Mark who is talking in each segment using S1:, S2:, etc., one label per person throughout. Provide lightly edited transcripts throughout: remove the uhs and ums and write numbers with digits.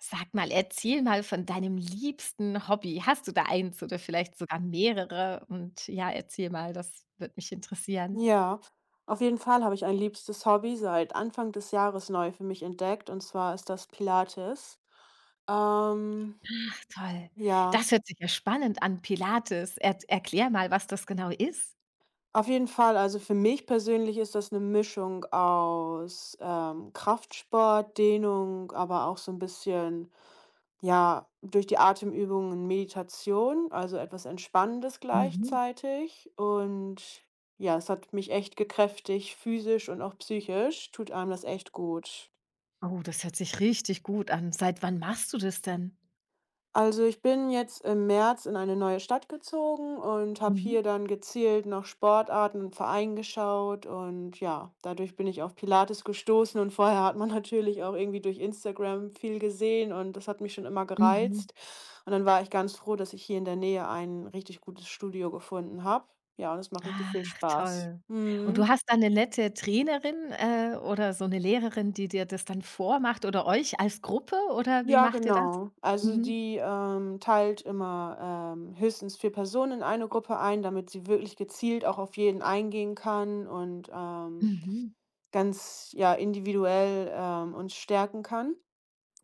S1: Sag mal, erzähl mal von deinem liebsten Hobby. Hast du da eins oder vielleicht sogar mehrere? Und ja, erzähl mal, das würde mich interessieren.
S2: Ja, auf jeden Fall habe ich ein liebstes Hobby seit Anfang des Jahres neu für mich entdeckt und zwar ist das Pilates. Ähm,
S1: Ach, toll.
S2: ja,
S1: Das hört sich ja spannend an, Pilates. Er Erklär mal, was das genau ist.
S2: auf jeden Fall. Also für mich persönlich ist das eine Mischung aus, Kraftsport, Dehnung, aber auch so ein bisschen, ja, durch die Atemübungen Meditation, also etwas Entspannendes
S1: Mhm.
S2: gleichzeitig. Und ja, es hat mich echt gekräftigt, physisch und auch psychisch, tut einem das echt gut.
S1: Oh, das hört sich richtig gut an. Seit wann machst du das denn?
S2: Also, ich bin jetzt im März in eine neue Stadt gezogen und habe
S1: Mhm.
S2: hier dann gezielt nach Sportarten und Vereinen geschaut und ja, dadurch bin ich auf Pilates gestoßen und vorher hat man natürlich auch irgendwie durch Instagram viel gesehen und das hat mich schon immer
S1: Mhm.
S2: gereizt und dann war ich ganz froh, dass ich hier in der Nähe ein richtig gutes Studio gefunden habe. Ja, und es macht richtig viel
S1: Ach,
S2: Spaß.
S1: toll. Und du
S2: Mhm.
S1: hast da eine nette Trainerin, oder so eine Lehrerin, die dir das dann vormacht oder euch als Gruppe oder wie
S2: Ja,
S1: macht ihr das?
S2: genau. Also
S1: Mhm.
S2: die, teilt immer, höchstens 4 Personen in eine Gruppe ein, damit sie wirklich gezielt auch auf jeden eingehen kann und,
S1: Mhm.
S2: ganz, ja, individuell, uns stärken kann.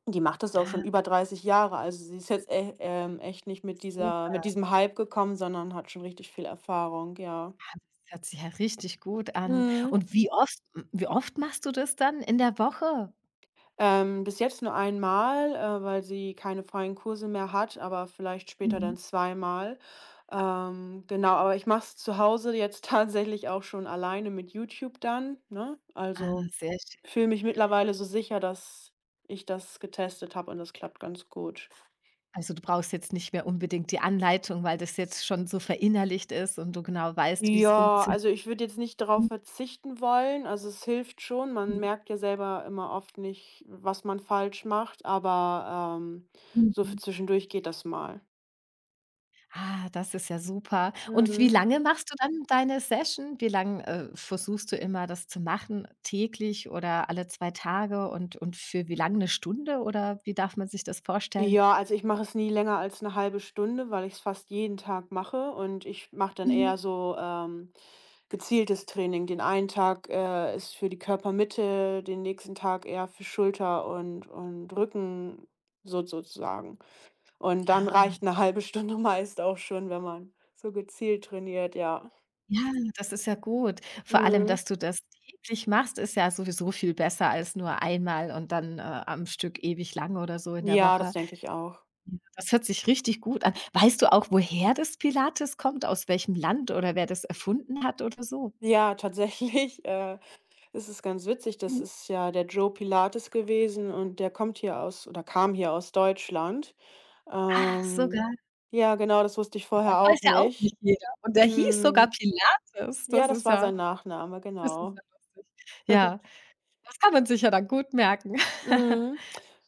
S2: Die macht das auch
S1: Ah,
S2: schon über 30 Jahre, also sie ist jetzt e echt nicht mit dieser
S1: super.
S2: mit diesem Hype gekommen, sondern hat schon richtig viel Erfahrung, ja.
S1: Ah, Das hört sich ja richtig gut an.
S2: Mhm.
S1: Und wie oft wie oft machst du das dann in der Woche?
S2: Bis jetzt nur einmal, weil sie keine freien Kurse mehr hat, aber vielleicht später dann
S1: Mhm.
S2: zweimal. Genau, aber ich mache es zu Hause jetzt tatsächlich auch schon alleine mit YouTube dann, ne?
S1: Ah,
S2: Also
S1: sehr schön.
S2: fühle mich mittlerweile so sicher, dass ich das getestet habe und das klappt ganz gut.
S1: Also, du brauchst jetzt nicht mehr unbedingt die Anleitung, weil das jetzt schon so verinnerlicht ist und du genau weißt, wie es
S2: Ja,
S1: funktioniert.
S2: also ich würde jetzt nicht darauf
S1: Mhm.
S2: verzichten wollen. Also es hilft schon. Man merkt ja selber immer oft nicht, was man falsch macht, aber so für
S1: Mhm.
S2: zwischendurch geht das mal.
S1: Ah, das ist ja super. Und
S2: Mhm.
S1: wie lange machst du dann deine Session? Wie lang, versuchst du immer, das zu machen? Täglich oder alle 2 Tage und für wie lange eine Stunde oder wie darf man sich das vorstellen?
S2: Ja, also ich mache es nie länger als eine halbe Stunde, weil ich es fast jeden Tag mache und ich mache dann
S1: Mhm.
S2: eher so, gezieltes Training. Den einen Tag, ist für die Körpermitte, den nächsten Tag eher für Schulter und Rücken so sozusagen. Und dann
S1: Ah.
S2: reicht eine halbe Stunde meist auch schon, wenn man so gezielt trainiert, ja.
S1: Ja, das ist ja gut. Vor allem,
S2: Mhm.
S1: dass du das täglich machst, ist ja sowieso viel besser als nur einmal und dann, am Stück ewig lang oder so in der
S2: Ja, das
S1: Woche.
S2: denke ich auch.
S1: Das hört sich richtig gut an. Weißt du auch, woher das Pilates kommt, aus welchem Land oder wer das erfunden hat oder so?
S2: Ja, tatsächlich, es ist ganz witzig, das
S1: Mhm.
S2: ist ja der Joe Pilates gewesen und der kommt hier aus oder kam hier aus Deutschland.
S1: Ach, sogar.
S2: Ähm, ja, genau, das wusste ich vorher
S1: Das weiß
S2: auch
S1: ja auch
S2: nicht.
S1: nicht jeder. Und der hieß sogar
S2: Mhm.
S1: Pilates.
S2: Ja,
S1: Das
S2: das
S1: ist
S2: war sein
S1: ja
S2: Nachname,
S1: das ist
S2: genau.
S1: ja lustig. Ja, das kann man sich ja dann gut merken.
S2: Mhm.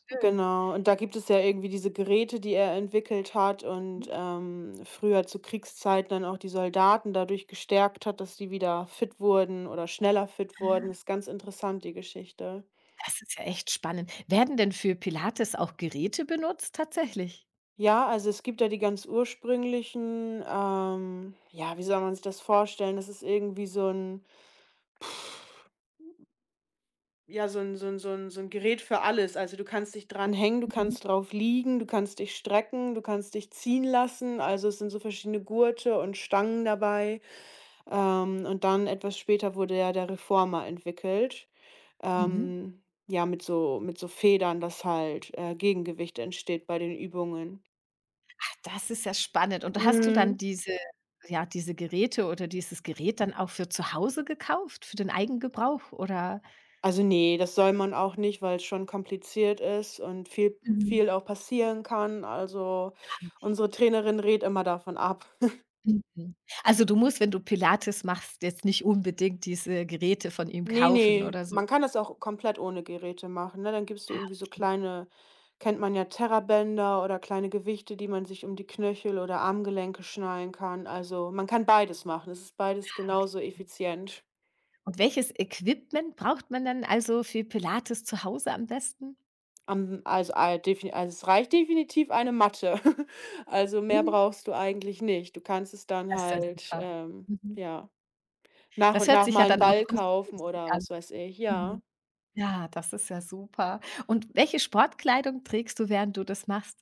S1: Schön.
S2: Genau. Und da gibt es ja irgendwie diese Geräte, die er entwickelt hat und, früher zu Kriegszeiten dann auch die Soldaten dadurch gestärkt hat, dass die wieder fit wurden oder schneller fit wurden. Ist ganz interessant, die Geschichte.
S1: Das ist ja echt spannend. Werden denn für Pilates auch Geräte benutzt tatsächlich?
S2: Ja, also es gibt da die ganz ursprünglichen, ja, wie soll man sich das vorstellen? Das ist irgendwie so ein, ja, so 'n Gerät für alles. Also, du kannst dich dran hängen, du
S1: Mhm,
S2: kannst drauf liegen, du kannst dich strecken, du kannst dich ziehen lassen. Also, es sind so verschiedene Gurte und Stangen dabei. Und dann etwas später wurde ja der Reformer entwickelt,
S1: mhm.
S2: ähm, ja, mit so Federn, dass halt, Gegengewicht entsteht bei den Übungen.
S1: Das ist ja spannend. Und hast du dann
S2: Mhm.
S1: diese ja, diese Geräte oder dieses Gerät dann auch für zu Hause gekauft, für den Eigengebrauch oder?
S2: Also, nee, das soll man auch nicht, weil es schon kompliziert ist und viel
S1: Mhm.
S2: viel auch passieren kann. Also,
S1: Ah,
S2: unsere Trainerin rät immer davon ab.
S1: Mhm. mhm. Also, du musst, wenn du Pilates machst, jetzt nicht unbedingt diese Geräte von ihm
S2: Ne,
S1: kaufen
S2: nee,
S1: oder so.
S2: man kann das auch komplett ohne Geräte machen, ne? Dann gibst du irgendwie
S1: Ah,
S2: so kleine kennt man ja, Terrabänder oder kleine Gewichte, die man sich um die Knöchel oder Armgelenke schnallen kann. Also, man kann beides machen. Es ist beides
S1: okay.
S2: genauso effizient.
S1: Und welches Equipment braucht man dann also für Pilates zu Hause am besten?
S2: Also, ah, defini also, es reicht definitiv eine Matte. Also, mehr
S1: Mhm.
S2: brauchst du eigentlich nicht. Du kannst es dann
S1: Das ist ja
S2: halt,
S1: super. Mhm.
S2: ja, nach
S1: Das
S2: und
S1: hört
S2: nach
S1: sich ja
S2: mal einen
S1: dann auch
S2: Ball kaufen
S1: kostengünstig
S2: oder
S1: an.
S2: was weiß ich,
S1: Mhm.
S2: ja.
S1: Ja, das ist ja super. Und welche Sportkleidung trägst du, während du das machst?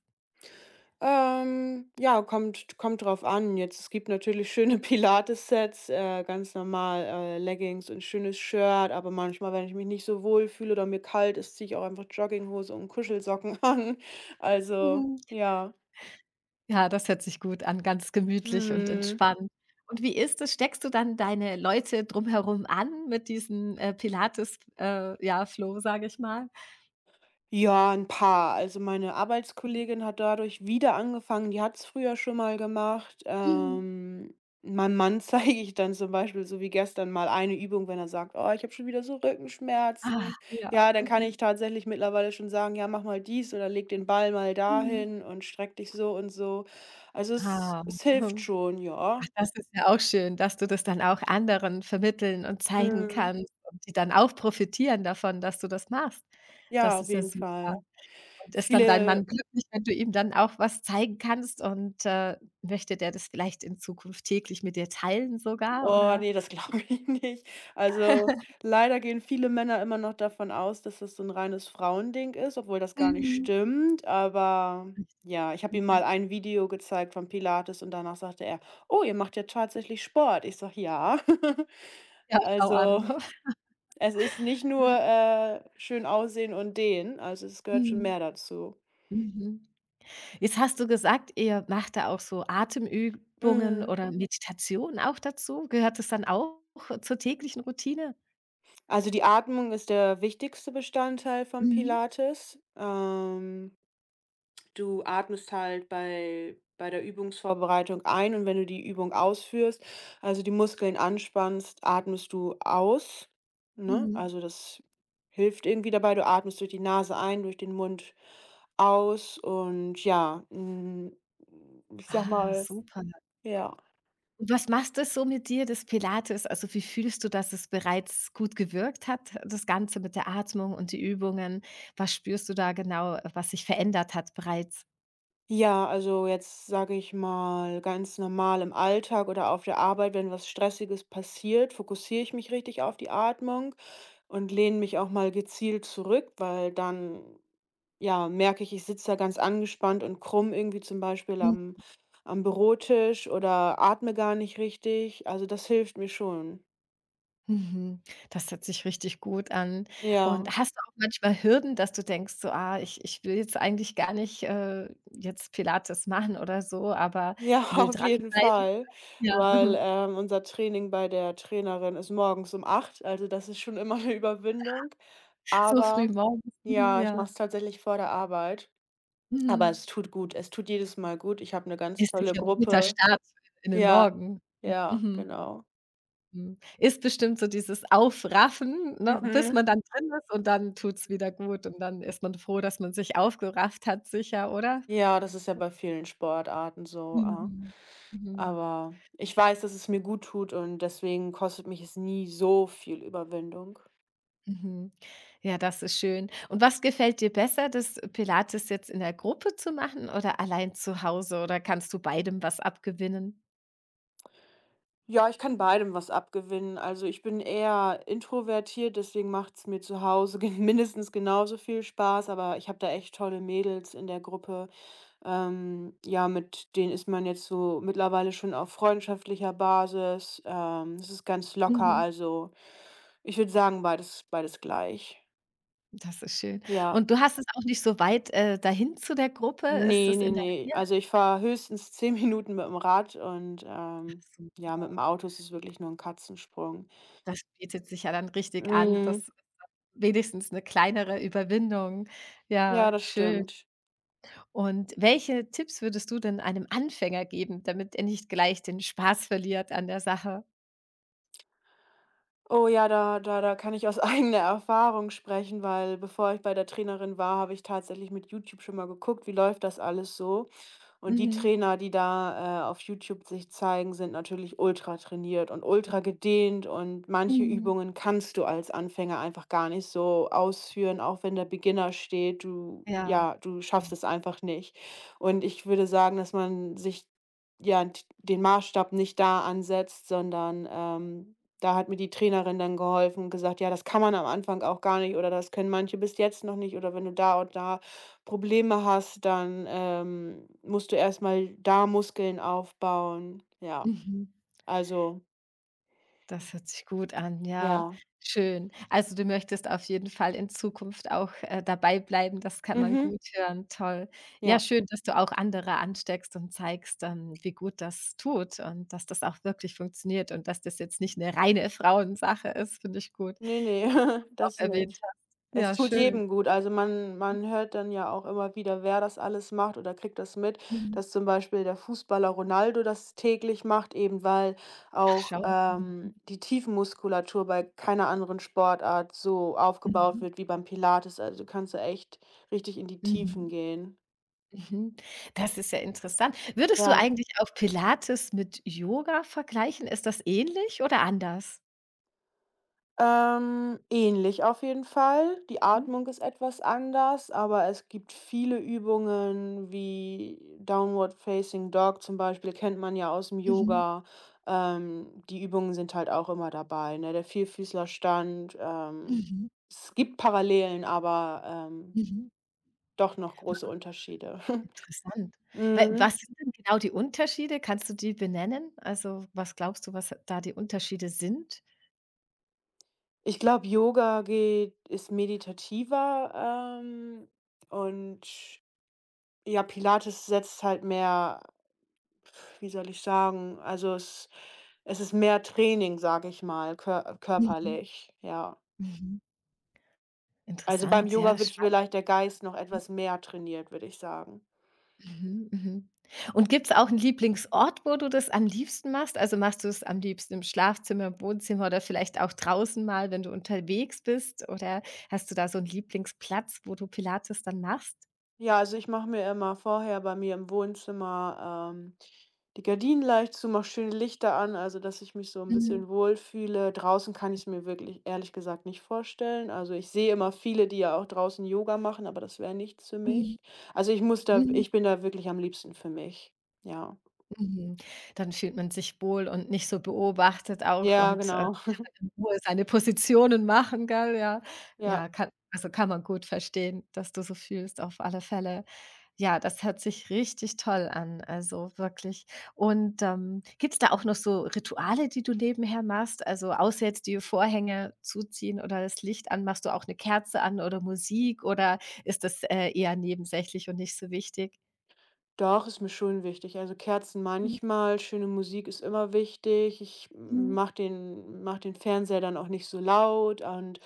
S2: Ja, kommt drauf an. Jetzt es gibt natürlich schöne Pilates-Sets, ganz normal, Leggings und schönes Shirt, aber manchmal, wenn ich mich nicht so wohl fühle oder mir kalt ist, ziehe ich auch einfach Jogginghose und Kuschelsocken an. Also,
S1: Mhm.
S2: ja.
S1: Ja, das hört sich gut an, ganz gemütlich und
S2: Mhm.
S1: entspannt. Und wie ist es? Steckst du dann deine Leute drumherum an mit diesem, Pilates ja, Flow, sage ich mal?
S2: Ja, ein paar. Also, meine Arbeitskollegin hat dadurch wieder angefangen, die hat's früher schon mal gemacht.
S1: Mhm.
S2: Meinem Mann zeige ich dann zum Beispiel, so wie gestern mal eine Übung, wenn er sagt: „Oh, ich habe schon wieder so
S1: Ah,
S2: Rückenschmerzen.“
S1: ja.
S2: Ja, dann kann
S1: Mhm.
S2: ich tatsächlich mittlerweile schon sagen: „Ja, mach mal dies oder leg den Ball mal
S1: Mhm.
S2: dahin und streck dich so und so.“ Also, es
S1: Ah.
S2: es hilft
S1: Mhm.
S2: schon, ja.
S1: Das ist ja auch schön, dass du das dann auch anderen vermitteln und zeigen
S2: Mhm.
S1: kannst und die dann auch profitieren davon, dass du das machst.
S2: Ja,
S1: Das
S2: auf
S1: ist ja
S2: jeden
S1: super.
S2: Fall. Okay.
S1: Und ist dann dein Mann
S2: Viele
S1: glücklich, wenn du ihm dann auch was zeigen kannst und, möchte der das vielleicht in Zukunft täglich mit dir teilen sogar,
S2: Oh,
S1: oder?
S2: nee, das glaube ich nicht. Also, leider gehen viele Männer immer noch davon aus, dass das so ein reines Frauending ist, obwohl das gar nicht
S1: Mhm.
S2: stimmt, aber ja, ich habe ihm mal
S1: Mhm.
S2: ein Video gezeigt von Pilates und danach sagte er: „Oh, ihr macht ja tatsächlich Sport.“ Ich sage: „Ja.“
S1: Ja, schau an.
S2: Also, es ist nicht nur, schön aussehen und dehnen, also, es gehört schon
S1: Mhm.
S2: mehr dazu.
S1: Mhm. Jetzt hast du gesagt, ihr macht da auch so Atemübungen
S2: Mhm.
S1: oder Meditation auch dazu. Gehört das dann auch zur täglichen Routine?
S2: Also, die Atmung ist der wichtigste Bestandteil von
S1: Mhm.
S2: Pilates. Du atmest halt bei der Übungsvorbereitung ein und wenn du die Übung ausführst, also die Muskeln anspannst, atmest du aus, ne?
S1: Mhm.
S2: Also, das hilft irgendwie dabei. Du atmest durch die Nase ein, durch den Mund aus und ja, ich sag
S1: Ah,
S2: mal
S1: super.
S2: ja.
S1: Und was macht das so mit dir, das Pilates? Also, wie fühlst du, dass es bereits gut gewirkt hat, das Ganze mit der Atmung und die Übungen? Was spürst du da genau, was sich verändert hat bereits?
S2: Ja, also jetzt sage ich mal, ganz normal im Alltag oder auf der Arbeit, wenn was Stressiges passiert, fokussiere ich mich richtig auf die Atmung und lehne mich auch mal gezielt zurück, weil dann, ja, merke ich, ich sitze da ganz angespannt und krumm irgendwie zum Beispiel
S1: Mhm.
S2: am Bürotisch oder atme gar nicht richtig. Also das hilft mir schon.
S1: Mhm. Das hört sich richtig gut an.
S2: Ja,
S1: Und hast du auch manchmal Hürden, dass du denkst, so, ah, ich will jetzt eigentlich gar nicht jetzt Pilates machen oder so, aber
S2: ja,
S1: will
S2: auf jeden
S1: dranbleiben?
S2: Fall,
S1: Ja,
S2: weil
S1: mhm.
S2: unser Training bei der Trainerin ist morgens um 8, also das ist schon immer eine Überwindung.
S1: So früh
S2: Aber
S1: morgens. Mhm,
S2: ja, ich mache
S1: ja.
S2: es tatsächlich vor der Arbeit, aber
S1: Mhm.
S2: es tut gut. Es tut jedes Mal gut. Ich habe eine ganz
S1: Ist
S2: tolle
S1: sicher 'n guter
S2: Gruppe.
S1: Start in den
S2: Ja,
S1: Morgen.
S2: ja,
S1: Mhm,
S2: genau.
S1: mhm. Ist bestimmt so dieses Aufraffen, ne, bis
S2: Mhm.
S1: man dann drin ist und dann tut's wieder gut und dann ist man froh, dass man sich aufgerafft hat sicher, oder?
S2: Ja, das ist ja bei vielen Sportarten so, ah.
S1: Mhm, mhm,
S2: Aber ich weiß, dass es mir gut tut und deswegen kostet mich es nie so viel Überwindung.
S1: mhm. Ja, das ist schön. Und was gefällt dir besser, das Pilates jetzt in der Gruppe zu machen oder allein zu Hause oder kannst du beidem was abgewinnen?
S2: Ja, ich kann beidem was abgewinnen. Also, ich bin eher introvertiert, deswegen macht es mir zu Hause gen mindestens genauso viel Spaß, aber ich habe da echt tolle Mädels in der Gruppe. Ja, mit denen ist man jetzt so mittlerweile schon auf freundschaftlicher Basis. Es ist ganz locker,
S1: Mhm,
S2: also ich würde sagen, beides gleich.
S1: das ist schön.
S2: Ja.
S1: Und du hast es auch nicht so weit, dahin zu der Gruppe? Ist
S2: Ne,
S1: das
S2: ne,
S1: in der
S2: ne.
S1: Nähe?
S2: Also, ich fahre höchstens 10 Minuten mit dem Rad und, ja, mit dem Auto ist es wirklich nur ein Katzensprung.
S1: Das bietet sich ja dann richtig an,
S2: Mhm.
S1: das wenigstens 'ne kleinere Überwindung.
S2: Ja,
S1: Ja,
S2: das
S1: schön.
S2: stimmt.
S1: Und welche Tipps würdest du denn einem Anfänger geben, damit er nicht gleich den Spaß verliert an der Sache?
S2: Oh ja, da kann ich aus eigener Erfahrung sprechen, weil bevor ich bei der Trainerin war, habe ich tatsächlich mit YouTube schon mal geguckt, wie läuft das alles so? Und die
S1: Mhm.
S2: Trainer, die da, auf YouTube sich zeigen, sind natürlich ultra trainiert und ultra gedehnt und manche
S1: Mhm.
S2: Übungen kannst du als Anfänger einfach gar nicht so ausführen, auch wenn der Beginner steht. Du
S1: Ja.
S2: ja, du schaffst es einfach nicht. Und ich würde sagen, dass man sich ja, d den Maßstab nicht da ansetzt, sondern, da hat mir die Trainerin dann geholfen und gesagt: „Ja, das kann man am Anfang auch gar nicht oder das können manche bis jetzt noch nicht oder wenn du da und da Probleme hast, dann, musst du erst mal da Muskeln aufbauen.“ Ja,
S1: Mhm.
S2: also
S1: Das hört sich gut an, ja,
S2: ja.
S1: schön. Also, du möchtest auf jeden Fall in Zukunft auch, dabei bleiben, das kann man
S2: Mhm.
S1: gut hören, toll. Ja,
S2: Ja.
S1: schön, dass du auch andere ansteckst und zeigst, wie gut das tut und dass das auch wirklich funktioniert und dass das jetzt nicht eine reine Frauensache ist, finde ich gut,
S2: Nee, nee,
S1: dass du das auch
S2: das
S1: erwähnt
S2: nicht.
S1: hast.
S2: Es
S1: Ja,
S2: tut
S1: schön.
S2: jedem gut. Also, man hört dann ja auch immer wieder, wer das alles macht oder kriegt das mit,
S1: Mhm.
S2: dass zum Beispiel der Fußballer Ronaldo das täglich macht, eben weil
S1: Ach,
S2: auch, mhm,
S1: schau an.
S2: die Tiefenmuskulatur bei keiner anderen Sportart so aufgebaut
S1: Mhm.
S2: wird wie beim Pilates. Also, kannst du echt richtig in die
S1: Mhm.
S2: Tiefen gehen.
S1: Mhm. Das ist ja interessant. Würdest du
S2: Ja.
S1: eigentlich auch Pilates mit Yoga vergleichen? Ist das ähnlich oder anders?
S2: Ähnlich auf jeden Fall. Die
S1: Mhm.
S2: Atmung ist etwas anders, aber es gibt viele Übungen wie Downward Facing Dog zum Beispiel, kennt man ja aus dem
S1: Mhm.
S2: Yoga. Die Übungen sind halt auch immer dabei, ne? Der Vierfüßlerstand,
S1: Mhm.
S2: es gibt Parallelen, aber,
S1: Mhm.
S2: doch noch große Unterschiede.
S1: Interessant. Wa
S2: Mhm.
S1: Was sind denn genau die Unterschiede? Kannst du die benennen? Also, was glaubst du, was da die Unterschiede sind?
S2: Ich glaube, Yoga geht ist meditativer, und ja, Pilates setzt halt mehr. Wie soll ich sagen? Also, es ist mehr Training, sage ich mal,
S1: Mhm.
S2: körperlich, ja.
S1: Mhm.
S2: Also, beim
S1: Interessant, ja,
S2: Yoga wird
S1: spannend.
S2: vielleicht der Geist noch etwas mehr trainiert, würde ich sagen.
S1: Mhm, mhm. Und gibt's auch einen Lieblingsort, wo du das am liebsten machst? Also, machst du es am liebsten im Schlafzimmer, im Wohnzimmer oder vielleicht auch draußen mal, wenn du unterwegs bist? Oder hast du da so einen Lieblingsplatz, wo du Pilates dann machst?
S2: Ja, also, ich mache mir immer vorher bei mir im Wohnzimmer, die Gardinen leicht zu, mache schöne Lichter an, also, dass ich mich so ein
S1: Mhm,
S2: bisschen wohlfühle. Draußen kann ich es mir wirklich ehrlich gesagt nicht vorstellen. Also, ich sehe immer viele, die ja auch draußen Yoga machen, aber das wäre nichts für
S1: mhm,
S2: mich. Also, ich muss da
S1: mhm.
S2: ich bin da wirklich am liebsten für mich, ja.
S1: Mhm. Dann fühlt man sich wohl und nicht so beobachtet auch
S2: Ja,
S1: und, kann
S2: genau.
S1: dann in Ruhe seine Positionen machen, gell? Ja,
S2: Ja,
S1: ja, kann man gut verstehen, dass du so fühlst auf alle Fälle. Ja, das hört sich richtig toll an, also wirklich. Und, gibt's da auch noch so Rituale, die du nebenher machst? Also, außer jetzt die Vorhänge zuziehen oder das Licht an, machst du auch eine Kerze an oder Musik oder ist das, eher nebensächlich und nicht so wichtig?
S2: doch, ist mir schon wichtig. Also Kerzen manchmal, schöne Musik ist immer wichtig. Ich
S1: Mhm.
S2: mach den, mach den Fernseher dann auch nicht so laut und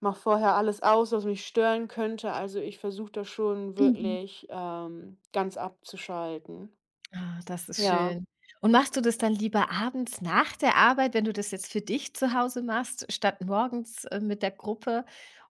S2: mach vorher alles aus, was mich stören könnte. Also ich versuche da schon
S1: Mhm.
S2: wirklich ganz abzuschalten.
S1: Ah, das ist
S2: Ja.
S1: schön. Und machst du das dann lieber abends nach der Arbeit, wenn du das jetzt für dich zu Hause machst, statt morgens, mit der Gruppe?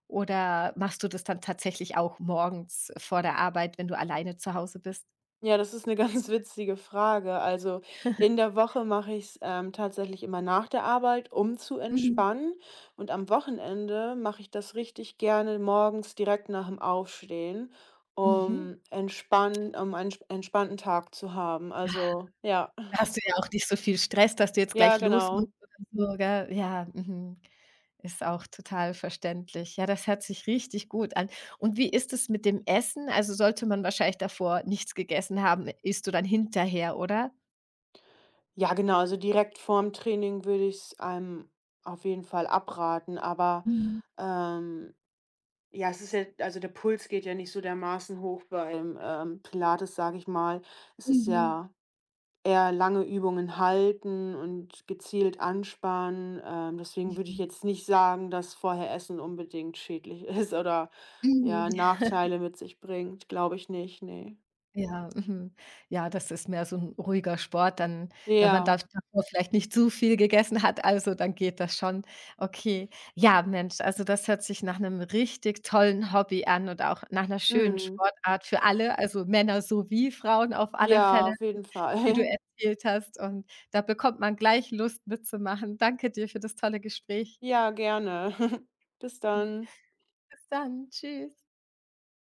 S1: Oder machst du das dann tatsächlich auch morgens vor der Arbeit, wenn du alleine zu Hause bist?
S2: Ja, das ist eine ganz witzige Frage. Also, in der Woche mache ich's, tatsächlich immer nach der Arbeit, um zu
S1: Mhm.
S2: entspannen. Und am Wochenende mache ich das richtig gerne morgens direkt nach dem Aufstehen, mhm,
S1: Mhm.
S2: um einen entspannten Tag zu haben. Also, ja.
S1: Da hast du ja auch nicht so viel Stress, dass du jetzt
S2: Ja,
S1: gleich los musst
S2: genau.
S1: oder so, gell? Ja, mhm. Ist auch total verständlich. Ja, das hört sich richtig gut an. Und wie ist es mit dem Essen? Also, sollte man wahrscheinlich davor nichts gegessen haben, isst du dann hinterher, oder?
S2: Ja, genau, also direkt vorm Training würde ich's einem auf jeden Fall abraten, aber,
S1: Mhm.
S2: ähm ja, es ist ja also, der Puls geht ja nicht so dermaßen hoch beim, Pilates, sage ich mal. Es ist
S1: Mhm.
S2: ja eher lange Übungen halten und gezielt anspannen. Deswegen würde ich jetzt nicht sagen, dass vorher Essen unbedingt schädlich ist oder, ja,
S1: Mhm.
S2: Nachteile mit sich bringt. Glaube ich nicht, ne.
S1: Ja, mhm. Ja, das ist mehr so 'n ruhiger Sport dann, wenn man
S2: Ja,
S1: da davor vielleicht nicht zu viel gegessen hat, also, dann geht das schon. Okay. Ja, Mensch, also, das hört sich nach 'nem richtig tollen Hobby an und auch nach 'ner schönen
S2: mhm.
S1: Sportart für alle, also, Männer sowie Frauen auf alle
S2: Ja,
S1: Fälle,
S2: auf jeden
S1: wie du
S2: Fall.
S1: erzählt hast. Und da bekommt man gleich Lust mitzumachen. Danke dir für das tolle Gespräch.
S2: Ja, gerne. Bis dann.
S1: Bis dann. Tschüss.